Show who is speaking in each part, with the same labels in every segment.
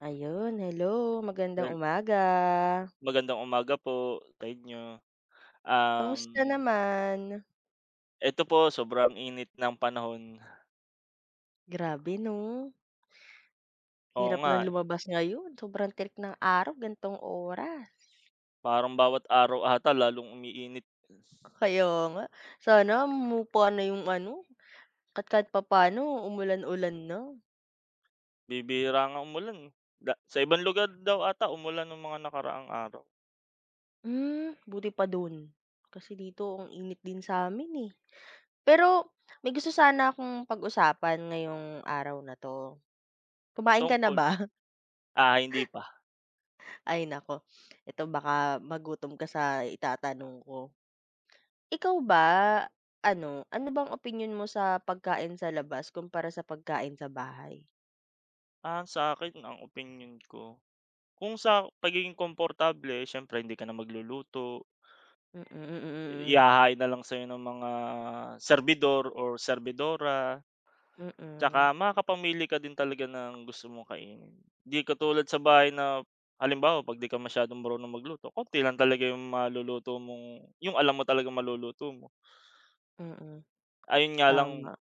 Speaker 1: Ayun, hello,
Speaker 2: Well,
Speaker 1: magandang umaga.
Speaker 2: magandang umaga po sa inyo. Um,
Speaker 1: Kamusta naman?
Speaker 2: Eto po sobrang init ng panahon.
Speaker 1: Grabe 'no,
Speaker 2: Oo
Speaker 1: hirap
Speaker 2: nga,
Speaker 1: ng lumabas ngayon, sobrang tirik ng araw gantong oras.
Speaker 2: parang bawat araw ata lalong umiinit.
Speaker 1: Kaya nga, sana mupa na yung ano, at kahit papaano umulan-ulan na.
Speaker 2: Bibihira nga umulan, eh. Da sa ibang lugar daw ata umulan ng mga nakaraang araw.
Speaker 1: Hmm, buti pa dun, kasi dito ang init din sa'min, eh. Pero may gusto sana akong pag-usapan ngayong araw na 'to. Kumain ka na
Speaker 2: Tungkol
Speaker 1: ba?
Speaker 2: Hindi pa.
Speaker 1: Ay naku, ito baka magutom ka sa itatanong ko. Ikaw ba, ano bang opinyon mo sa pagkain sa labas kumpara sa pagkain sa bahay?
Speaker 2: Ah, sa akin ang opinyon ko, kung sa pagiging komportable siyempre hindi ka na magluluto,
Speaker 1: Mm, mm, mm, mm.
Speaker 2: ihahain na lang sa'yo ng mga servidor or servidora. Tsaka
Speaker 1: Mm,
Speaker 2: makakapamili ka din talaga ng gusto mong kainin. 'Di katulad sa bahay na halimbawa 'pag 'di ka masyadong marunong magluto, konti lang talaga yung maluluto mong yung alam mo talaga maluluto mo.
Speaker 1: mm, mm.
Speaker 2: Ayun nga lang
Speaker 1: Tama.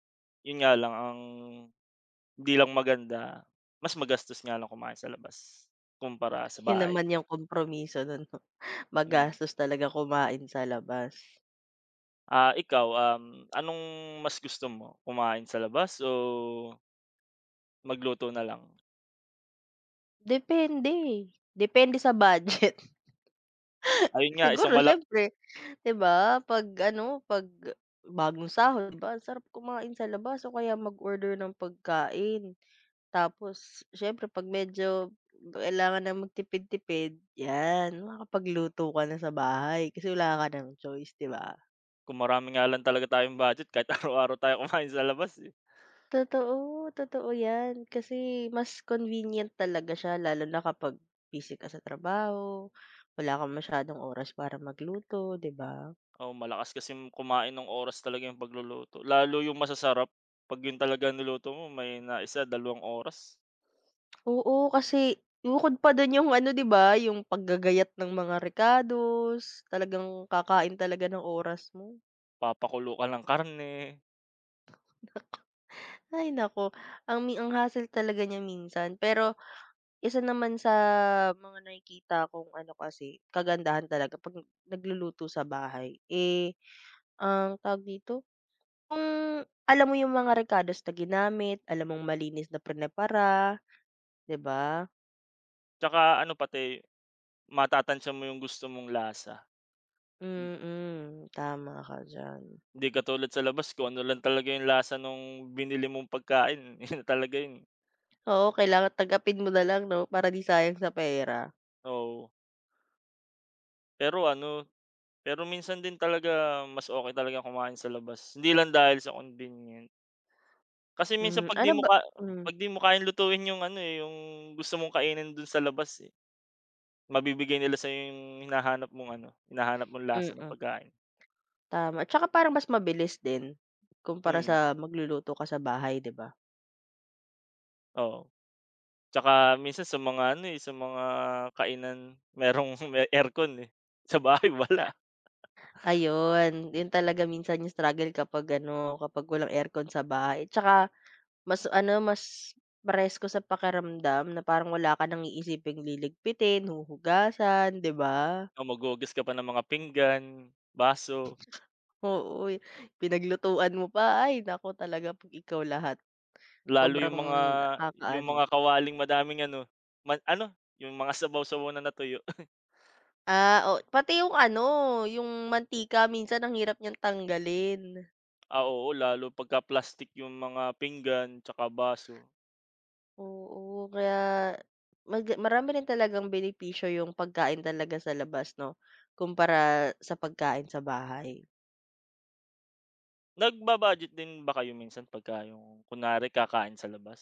Speaker 2: yun nga lang ang hindi lang maganda, mas magastos nga lang kumain sa labas kumpara sa
Speaker 1: Yun
Speaker 2: bahay,
Speaker 1: naman yung kompromiso nun 'no,
Speaker 2: hmm.
Speaker 1: magastos talaga kumain sa labas.
Speaker 2: Ah, ikaw, anong mas gusto mo, kumain sa labas o magluto na lang?
Speaker 1: Depende, depende sa budget.
Speaker 2: Ayun nga isang
Speaker 1: Siguro
Speaker 2: mala
Speaker 1: siyempre 'di ba 'pag ano, 'pag bagong sahod 'di ba ang sarap kumain sa labas o kaya mag-order ng pagkain. Tapos syempre 'pag medyo kailangan na magtipid-tipid, 'yan makakapagluto ka na sa bahay kasi wala ka ng choice, 'di ba?
Speaker 2: Kung marami nga lang talaga tayong budget kahit araw-araw tayo kumain sa labas, eh.
Speaker 1: Totoo, totoo 'yan. Kasi mas convenient talaga siya lalo na kapag busy ka sa trabaho, wala kang masyadong oras para magluto, 'di ba?
Speaker 2: Oo, malakas kasi kumain ng oras talaga yung pagluluto, lalo yung masasarap 'pag yun talaga niluto mo may na isa, dalawang oras.
Speaker 1: Oo, kasi bukod pa dun yung ano, 'di ba, yung paggagayat ng mga rekados, talagang kakain talaga ng oras mo.
Speaker 2: Papakulo ka ng karne,
Speaker 1: Ay naku, ang hassle talaga niya minsan, pero isa naman sa mga nakikita kong ano kasi, kagandahan talaga 'pag nagluluto sa bahay, eh, ang tawag dito, kung alam mo yung mga rekados na ginamit, alam mong malinis na prinepara, 'di ba?
Speaker 2: tsaka ano pati matatansya mo yung gusto mong lasa.
Speaker 1: Mm, tama ka diyan.
Speaker 2: Hindi katulad sa labas kung ano lang talaga yung lasa nung binili mong pagkain, yun na talaga yun,
Speaker 1: Oo, kailangan tagapin mo na lang 'no, para 'di sayang sa pera.
Speaker 2: oo. Pero ano, pero minsan din talaga mas okay talaga kumain sa labas, hindi lang dahil sa convenience. Kasi minsan
Speaker 1: Hmm,
Speaker 2: 'pag 'di
Speaker 1: ano
Speaker 2: mo
Speaker 1: ba
Speaker 2: ka
Speaker 1: hmm,
Speaker 2: 'pag 'di mo kayang lutuin yung ano, eh, yung gusto mong kainin dun sa labas, eh, mabibigay nila sa'yo yung hinahanap mong ano, hinahanap mong lasa ng
Speaker 1: mm.
Speaker 2: pagkain.
Speaker 1: Tama, tsaka parang mas mabilis din, kumpara
Speaker 2: Mm,
Speaker 1: sa magluluto ka sa bahay, 'di ba?
Speaker 2: oo. Tsaka minsan sa mga ano, eh, sa mga kainan merong may aircon, eh, sa bahay wala.
Speaker 1: Ayun, yun talaga minsan yung struggle kapag ano, kapag walang aircon sa bahay tsaka mas ano, mas presko sa pakiramdam na parang wala ka nang iisiping liligpitin, huhugasan, 'di ba?
Speaker 2: Oh, maghuhugas ka pa ng mga pinggan, baso,
Speaker 1: Oo, pinaglutuan mo pa, ay nako talaga 'pag ikaw lahat,
Speaker 2: lalo yung
Speaker 1: sobrang
Speaker 2: mga yung mga
Speaker 1: nakakaano.
Speaker 2: kawaling madaming ano, ma ano, yung mga sabaw-sabaw na natuyo.
Speaker 1: Ah, o pati yung ano, yung mantika minsan ang hirap niyang tanggalin.
Speaker 2: Ah, oo, lalo pagka plastic yung mga pinggan tsaka baso.
Speaker 1: Oo, kaya marami rin talagang benepisyo yung pagkain talaga sa labas 'no, kumpara sa pagkain sa bahay.
Speaker 2: Nagba-budget din ba kayo minsan pagka yung kunwari kakain sa labas?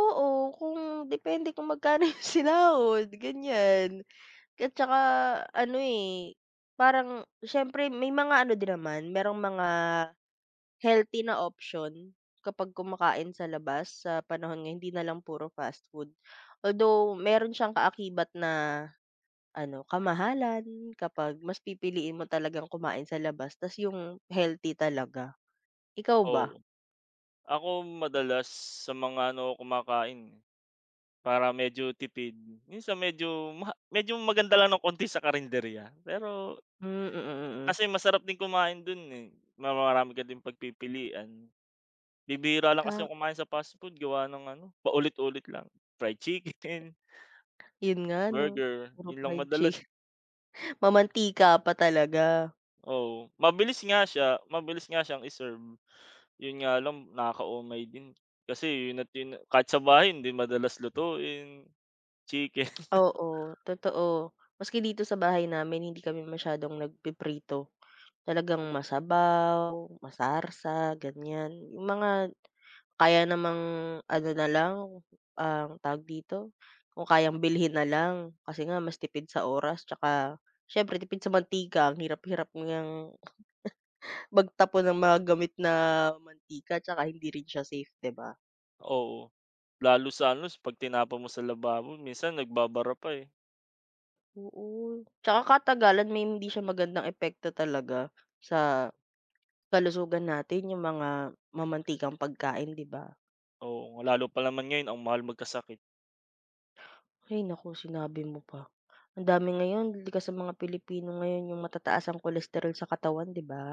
Speaker 1: Oo, kung depende kung magkano yung sinahod, ganyan. At saka ano, eh, parang siyempre may mga ano din naman, merong mga healthy na option kapag kumakain sa labas sa panahon ngayon, hindi na lang puro fast food. Although meron siyang kaakibat na ano, kamahalan kapag mas pipiliin mo talagang kumain sa labas tas yung healthy talaga. Ikaw ba?
Speaker 2: Oo. Ako madalas sa mga ano kumakain, eh, para medyo tipid. Minsan medyo maganda lang ng konti sa karinderya. Pero
Speaker 1: Hmm, mm, mm. Mm.
Speaker 2: kasi masarap din kumain dun, eh, marami ka din pagpipilian. Bibihira lang kasi
Speaker 1: Ta
Speaker 2: yung kumain sa fast food gawa ng ano, paulit-ulit lang. Fried chicken,
Speaker 1: Yun nga 'no,
Speaker 2: burger,
Speaker 1: puro
Speaker 2: yun lang
Speaker 1: fried
Speaker 2: madalas.
Speaker 1: chicken, mamantika pa talaga.
Speaker 2: Oh, mabilis nga siyang iserve. Yun nga lang nakakaumay din kasi yun at yun kahit sa bahay hindi madalas lutuin, chicken.
Speaker 1: Oo, totoo. Maski dito sa bahay namin hindi kami masyadong nagpiprito. Talagang masabaw, masarsa, ganyan. Yung mga kaya namang ano na lang, ang tawag dito, kung kayang bilhin na lang kasi nga mas tipid sa oras tsaka siyempre tipid sa mantika. Ang hirap-hirap ngang magtapon ng mga gamit na mantika tsaka hindi rin siya safe, 'di ba?
Speaker 2: Oo. Lalo sa ano, 'pag tinapon mo sa lababo minsan nagbabara pa, eh.
Speaker 1: Oo, tsaka katagalan may hindi siya magandang epekto talaga sa kalusugan natin yung mga mamantikang pagkain, 'di ba?
Speaker 2: Oo, lalo pa naman ngayon ang mahal magkasakit.
Speaker 1: Ay naku, sinabi mo pa. Ang dami ngayon likas sa mga Pilipino ngayon yung matataas ang kolesterol sa katawan, 'di ba?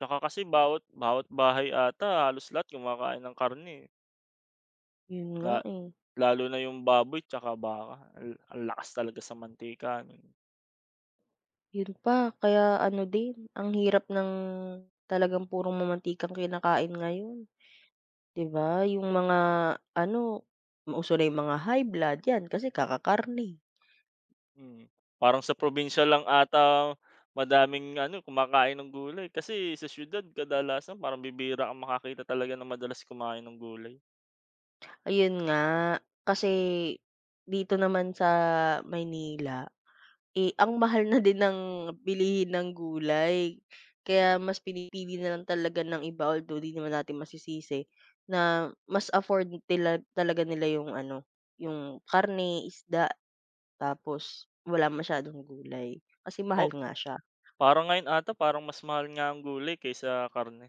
Speaker 2: Tsaka kasi bawat bawat bahay ata halos lahat kumakain ng karne, eh.
Speaker 1: Yun
Speaker 2: La
Speaker 1: nga, eh.
Speaker 2: Lalo na yung baboy tsaka baka, ang lakas talaga sa mantika nun.
Speaker 1: Yun pa, kaya ano din, ang hirap ng talagang purong mamantikang kinakain ngayon, 'di ba? Yung mga ano, uso na yung mga high blood 'yan kasi kakakarne.
Speaker 2: Mm, parang sa probinsya lang ata madaming ano, kumakain ng gulay kasi sa siyudad kadalasan parang bibihira kang makakita talaga ng madalas kumain ng gulay.
Speaker 1: Ayun nga, kasi dito naman sa Maynila, eh, ang mahal na din ng bilihin ng gulay, kaya mas pinipili na lang talaga ng iba although 'di naman natin masisisi na mas afford tila talaga nila yung ano, yung karne, isda, tapos wala masyadong gulay, kasi
Speaker 2: Oh,
Speaker 1: mahal nga siya.
Speaker 2: parang ngayon ata mas mahal nga ang gulay kaysa karne.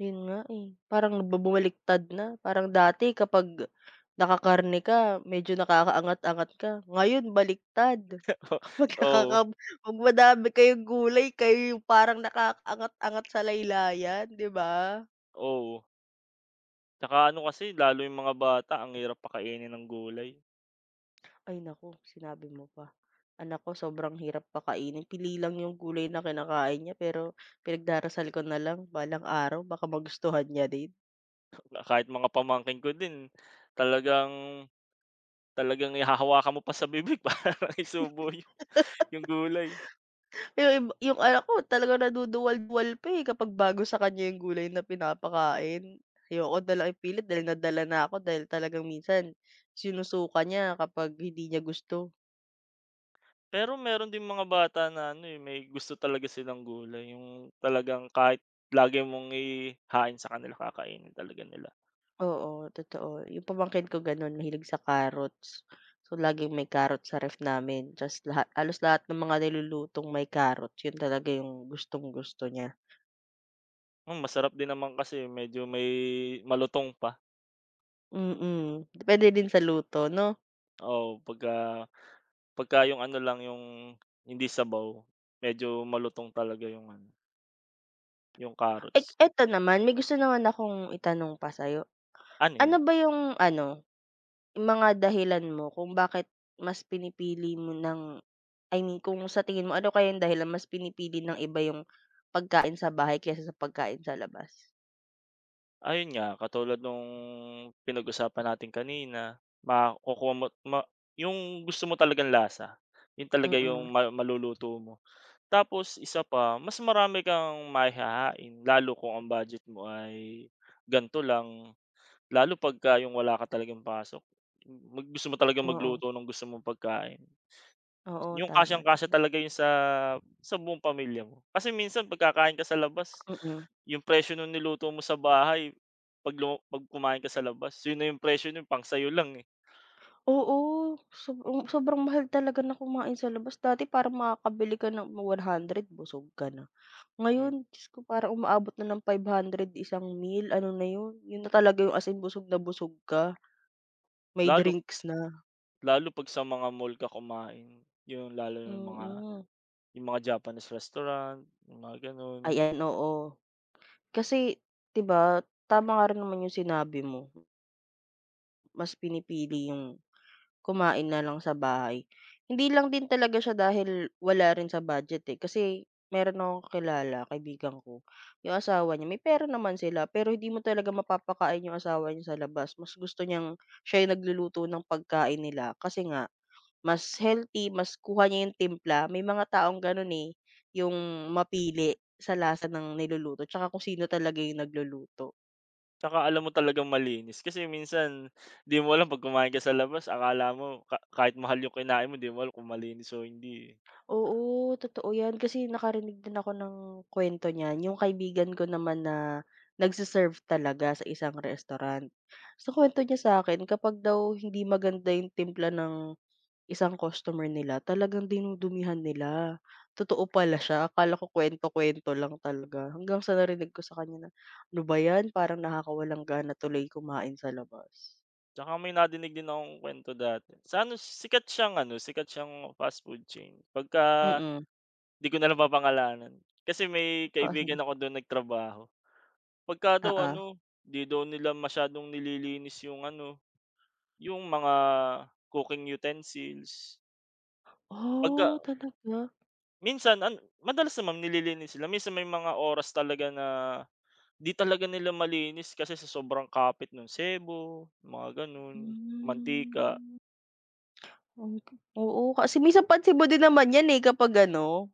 Speaker 1: Yun nga, eh, parang bumaliktad na. Parang dati kapag nakakarne ka medyo nakakaangat-angat ka, ngayon baliktad. Kapag
Speaker 2: Oo,
Speaker 1: nakaka 'Pag madami kayong gulay kayo yung parang nakakaangat-angat sa laylayan, 'di ba?
Speaker 2: oo. Tsaka ano kasi lalo yung mga bata ang hirap pakainin ng gulay.
Speaker 1: Ay naku, sinabi mo pa. Anak ko sobrang hirap pakainin, pili lang yung gulay na kinakain niya pero pinagdarasal ko na lang balang araw baka magustuhan niya din.
Speaker 2: Kahit mga pamangkin ko din talagang talagang hahawakan mo pa sa bibig para isubo yung gulay.
Speaker 1: Yung anak ko talagang naduduwal-duwal pa, eh, kapag bago sa kanya yung gulay na pinapakain. Ayoko na lang ipilit dahil nadala na ako dahil talagang minsan sinusuka niya kapag hindi niya gusto.
Speaker 2: Pero meron din mga bata na ano, eh, may gusto talaga silang gulay, yung talagang kahit lagi mong ihain sa kanila kakainin talaga nila.
Speaker 1: Oo, totoo. Yung pamangkin ko gano'n mahilig sa carrots. So, laging may carrot sa ref namin just lahat halos lahat ng mga nilulutong may carrots yun talaga yung gustong-gusto niya.
Speaker 2: Hmm, masarap din naman kasi medyo may malutong pa,
Speaker 1: Mm, depende din sa luto 'no?
Speaker 2: oo, pagka pagka yung ano lang, yung hindi sabaw, medyo malutong talaga yung ano, yung
Speaker 1: Eh,
Speaker 2: carrots.
Speaker 1: eto naman may gusto naman akong itanong pa sa'yo.
Speaker 2: Ano
Speaker 1: Ano
Speaker 2: yun,
Speaker 1: ba yung ano, yung mga dahilan mo kung bakit mas pinipili mo ng, I mean kung sa tingin mo ano kaya yung dahilan mas pinipili ng iba yung pagkain sa bahay kaysa sa pagkain sa labas?
Speaker 2: ayun nga katulad nung pinag-usapan natin kanina, makukuha mo ma yung gusto mo talagang lasa, yun talaga yung
Speaker 1: Mm,
Speaker 2: ma maluluto mo. Tapos isa pa, mas marami kang mahahain lalo kung ang budget mo ay ganito lang, lalo pagka yung wala ka talagang pasok. Gusto mo talagang
Speaker 1: oo.
Speaker 2: magluto ng gusto mong pagkain,
Speaker 1: Oo,
Speaker 2: yung
Speaker 1: tama,
Speaker 2: kasyang-kasya
Speaker 1: tama,
Speaker 2: talaga yun sa buong pamilya mo. Kasi minsan pagkakain ka sa labas,
Speaker 1: mm.
Speaker 2: yung presyo nung niluto mo sa bahay 'pag kumain ka sa labas, yun na yung presyo nun pang sayo lang, eh.
Speaker 1: Oo, sobrang mahal talaga na kumain sa labas dati parang makakabili ka ng 100 busog ka na.
Speaker 2: Hmm,
Speaker 1: Ngayon Diyos ko parang umaabot na ng 500 isang meal ano na yun, yun na talaga yung as in busog na busog ka, may
Speaker 2: lalo
Speaker 1: drinks na.
Speaker 2: lalo 'pag sa mga mall ka kumain, yung lalo yung mga
Speaker 1: Mm,
Speaker 2: Yung mga Japanese restaurant, yung mga gano'n.
Speaker 1: ayan oo. Kasi 'di ba, tama nga rin naman yung sinabi mo, mas pinipili yung kumain na lang sa bahay. Hindi lang din talaga siya dahil wala rin sa budget, eh, kasi meron akong kakilala, kaibigan ko, yung asawa niya may pera naman sila pero hindi mo talaga mapapakain yung asawa niya sa labas. Mas gusto niyang siya yung nagluluto ng pagkain nila kasi nga mas healthy, mas kuha niya yung timpla. May mga taong gano'n, eh, yung mapili sa lasa ng niluluto 'tsaka kung sino talaga yung nagluluto.
Speaker 2: Tsaka alam mo talagang malinis kasi minsan di mo alam 'pag kumain ka sa labas akala mo ka kahit mahal yung kinain mo di mo alam kung malinis o hindi, eh.
Speaker 1: Oo, totoo 'yan kasi nakarinig din ako ng kwento niyan, yung kaibigan ko naman na nagse talaga sa isang restaurant. So kwento niya sa akin kapag daw hindi maganda yung timpla ng isang customer nila talagang dinudumihan nila. Totoo pala siya, akala ko kwento kwento lang talaga hanggang sa narinig ko sa kanya na, "Ano ba 'yan parang nakakawalang gana tuloy kumain sa labas."
Speaker 2: Tsaka may nadinig din akong kwento dati sa ano, sikat siyang fast food chain pagka
Speaker 1: Mm,
Speaker 2: di ko na lang papangalanan. Kasi may kaibigan
Speaker 1: oo,
Speaker 2: ako dun nagtrabaho, pagka daw
Speaker 1: oo.
Speaker 2: ano, di daw nila masyadong nililinis yung ano, yung mga cooking utensils. Pagka
Speaker 1: Oh, talaga?
Speaker 2: minsan madalas naman nililinis sila, minsan may mga oras talaga na 'di talaga nila malinis kasi sa sobrang kapit nung sebo, mga gano'n, mantika.
Speaker 1: Hmm. Hmm, oo kasi minsan pansin mo din naman yan, eh, kapag ano,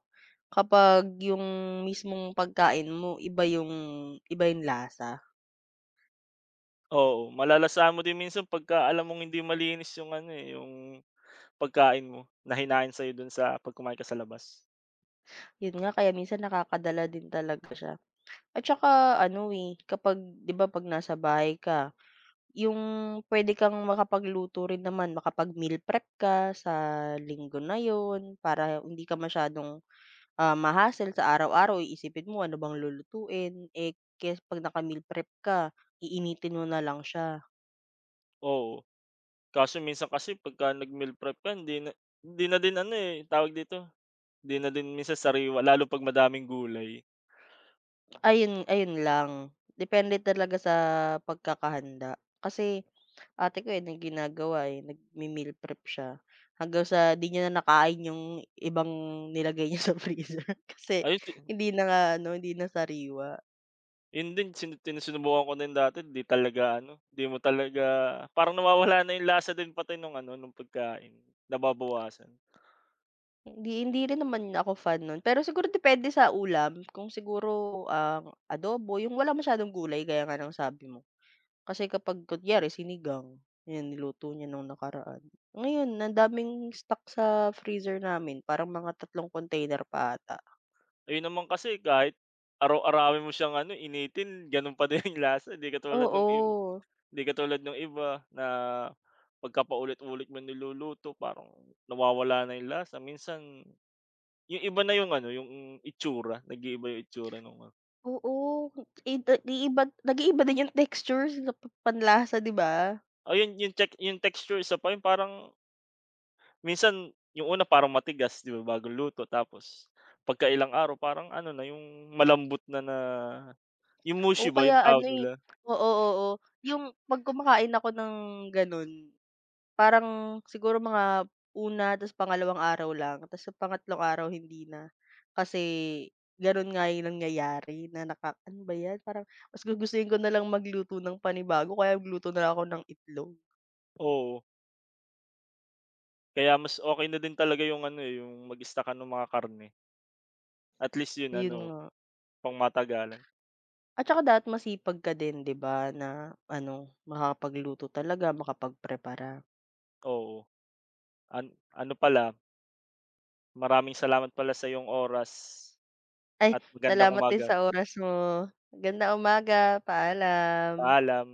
Speaker 1: kapag yung mismong pagkain mo iba yung, iba yung lasa.
Speaker 2: Oo, malalasahan mo din minsan pagka alam mong hindi malinis yung ano, eh, yung pagkain mo na hinain sa'yo do'n sa 'pag ka sa labas.
Speaker 1: Yun nga kaya minsan nakakadala din talaga siya. At saka ano, eh, kapag 'di ba 'pag nasa bahay ka, yung puwede kang makapagluto rin naman, makapag-meal prep ka sa linggo na yun para hindi ka masyadong, ah, ma-hassle sa araw-araw iisipin mo ano bang lulutuin, eh, kaysa 'pag naka-meal prep ka, iinitin mo na lang siya.
Speaker 2: Oo, kaso minsan kasi pagka nag-meal prep ka hindi na din ano, eh, tawag dito, hindi na din minsan sariwa lalo 'pag madaming gulay.
Speaker 1: Ayun ayun lang, depende talaga sa pagkakahanda. Kasi ate ko, eh, na ginagawa, eh, nagme-meal prep siya hanggang sa 'di niya na nakain yung ibang nilagay niya sa freezer kasi
Speaker 2: Ayun si
Speaker 1: hindi na nga ano, hindi na sariwa.
Speaker 2: Yun din sinubukan ko din dati di talaga ano, di mo talaga parang nawawala na yung lasa din pati nung ano, nung pagkain, nababawasan.
Speaker 1: Hindi hindi rin naman ako fan nun, pero siguro depende sa ulam kung siguro, ang adobo yung wala masyadong gulay gaya nga ng sabi mo. Kasi kapag kunyari sinigang, 'yan niluto niya nung nakaraan. Ngayon ang daming stock sa freezer namin parang mga 3 container pa ata.
Speaker 2: Ayun naman kasi kahit araw-arawin mo siyang ano, initin ganun pa din yung lasa, di katulad nung iba
Speaker 1: Oo,
Speaker 2: di katulad nung iba na pagkapaulit ulit mo niluluto parang nawawala na yung lasa. Minsan yung iba na yung ano, yung itsura, nag-iiba yung itsura nung ano,
Speaker 1: oo, i da iiba nag-iiba din yung texture sa pa panlasa 'di ba?
Speaker 2: ayun yung check yung texture isa pa yun parang minsan yung una parang matigas 'di ba, bagong luto tapos pagkailang araw parang ano na yung malambot na na yung mushy
Speaker 1: O
Speaker 2: ba yung
Speaker 1: kaya ano,
Speaker 2: tawag
Speaker 1: eh,
Speaker 2: nila?
Speaker 1: oo, oo, yung 'pag kumakain ako ng gano'n. Parang siguro mga una tapos pangalawang araw lang tapos sa pangatlong araw hindi na. Kasi gano'n nga yung nangyayari na ano ba 'yan parang mas gugustuhin ko na lang magluto ng panibago kaya magluto na lang ako ng itlog,
Speaker 2: Oo, kaya mas okey na din talaga yung ano, eh, yung mag-stock ka ng mga karne. At least yun
Speaker 1: yun
Speaker 2: ano,
Speaker 1: nga.
Speaker 2: pangmatagalan.
Speaker 1: At saka dapat masipag ka din 'di ba na ano, makakapagluto talaga, makapagprepara.
Speaker 2: Oo, ano pala, maraming salamat pala sa iyong oras
Speaker 1: Ay
Speaker 2: at magandang
Speaker 1: salamat din
Speaker 2: umaga.
Speaker 1: sa oras mo. Ganda umaga, paalam.
Speaker 2: Paalam.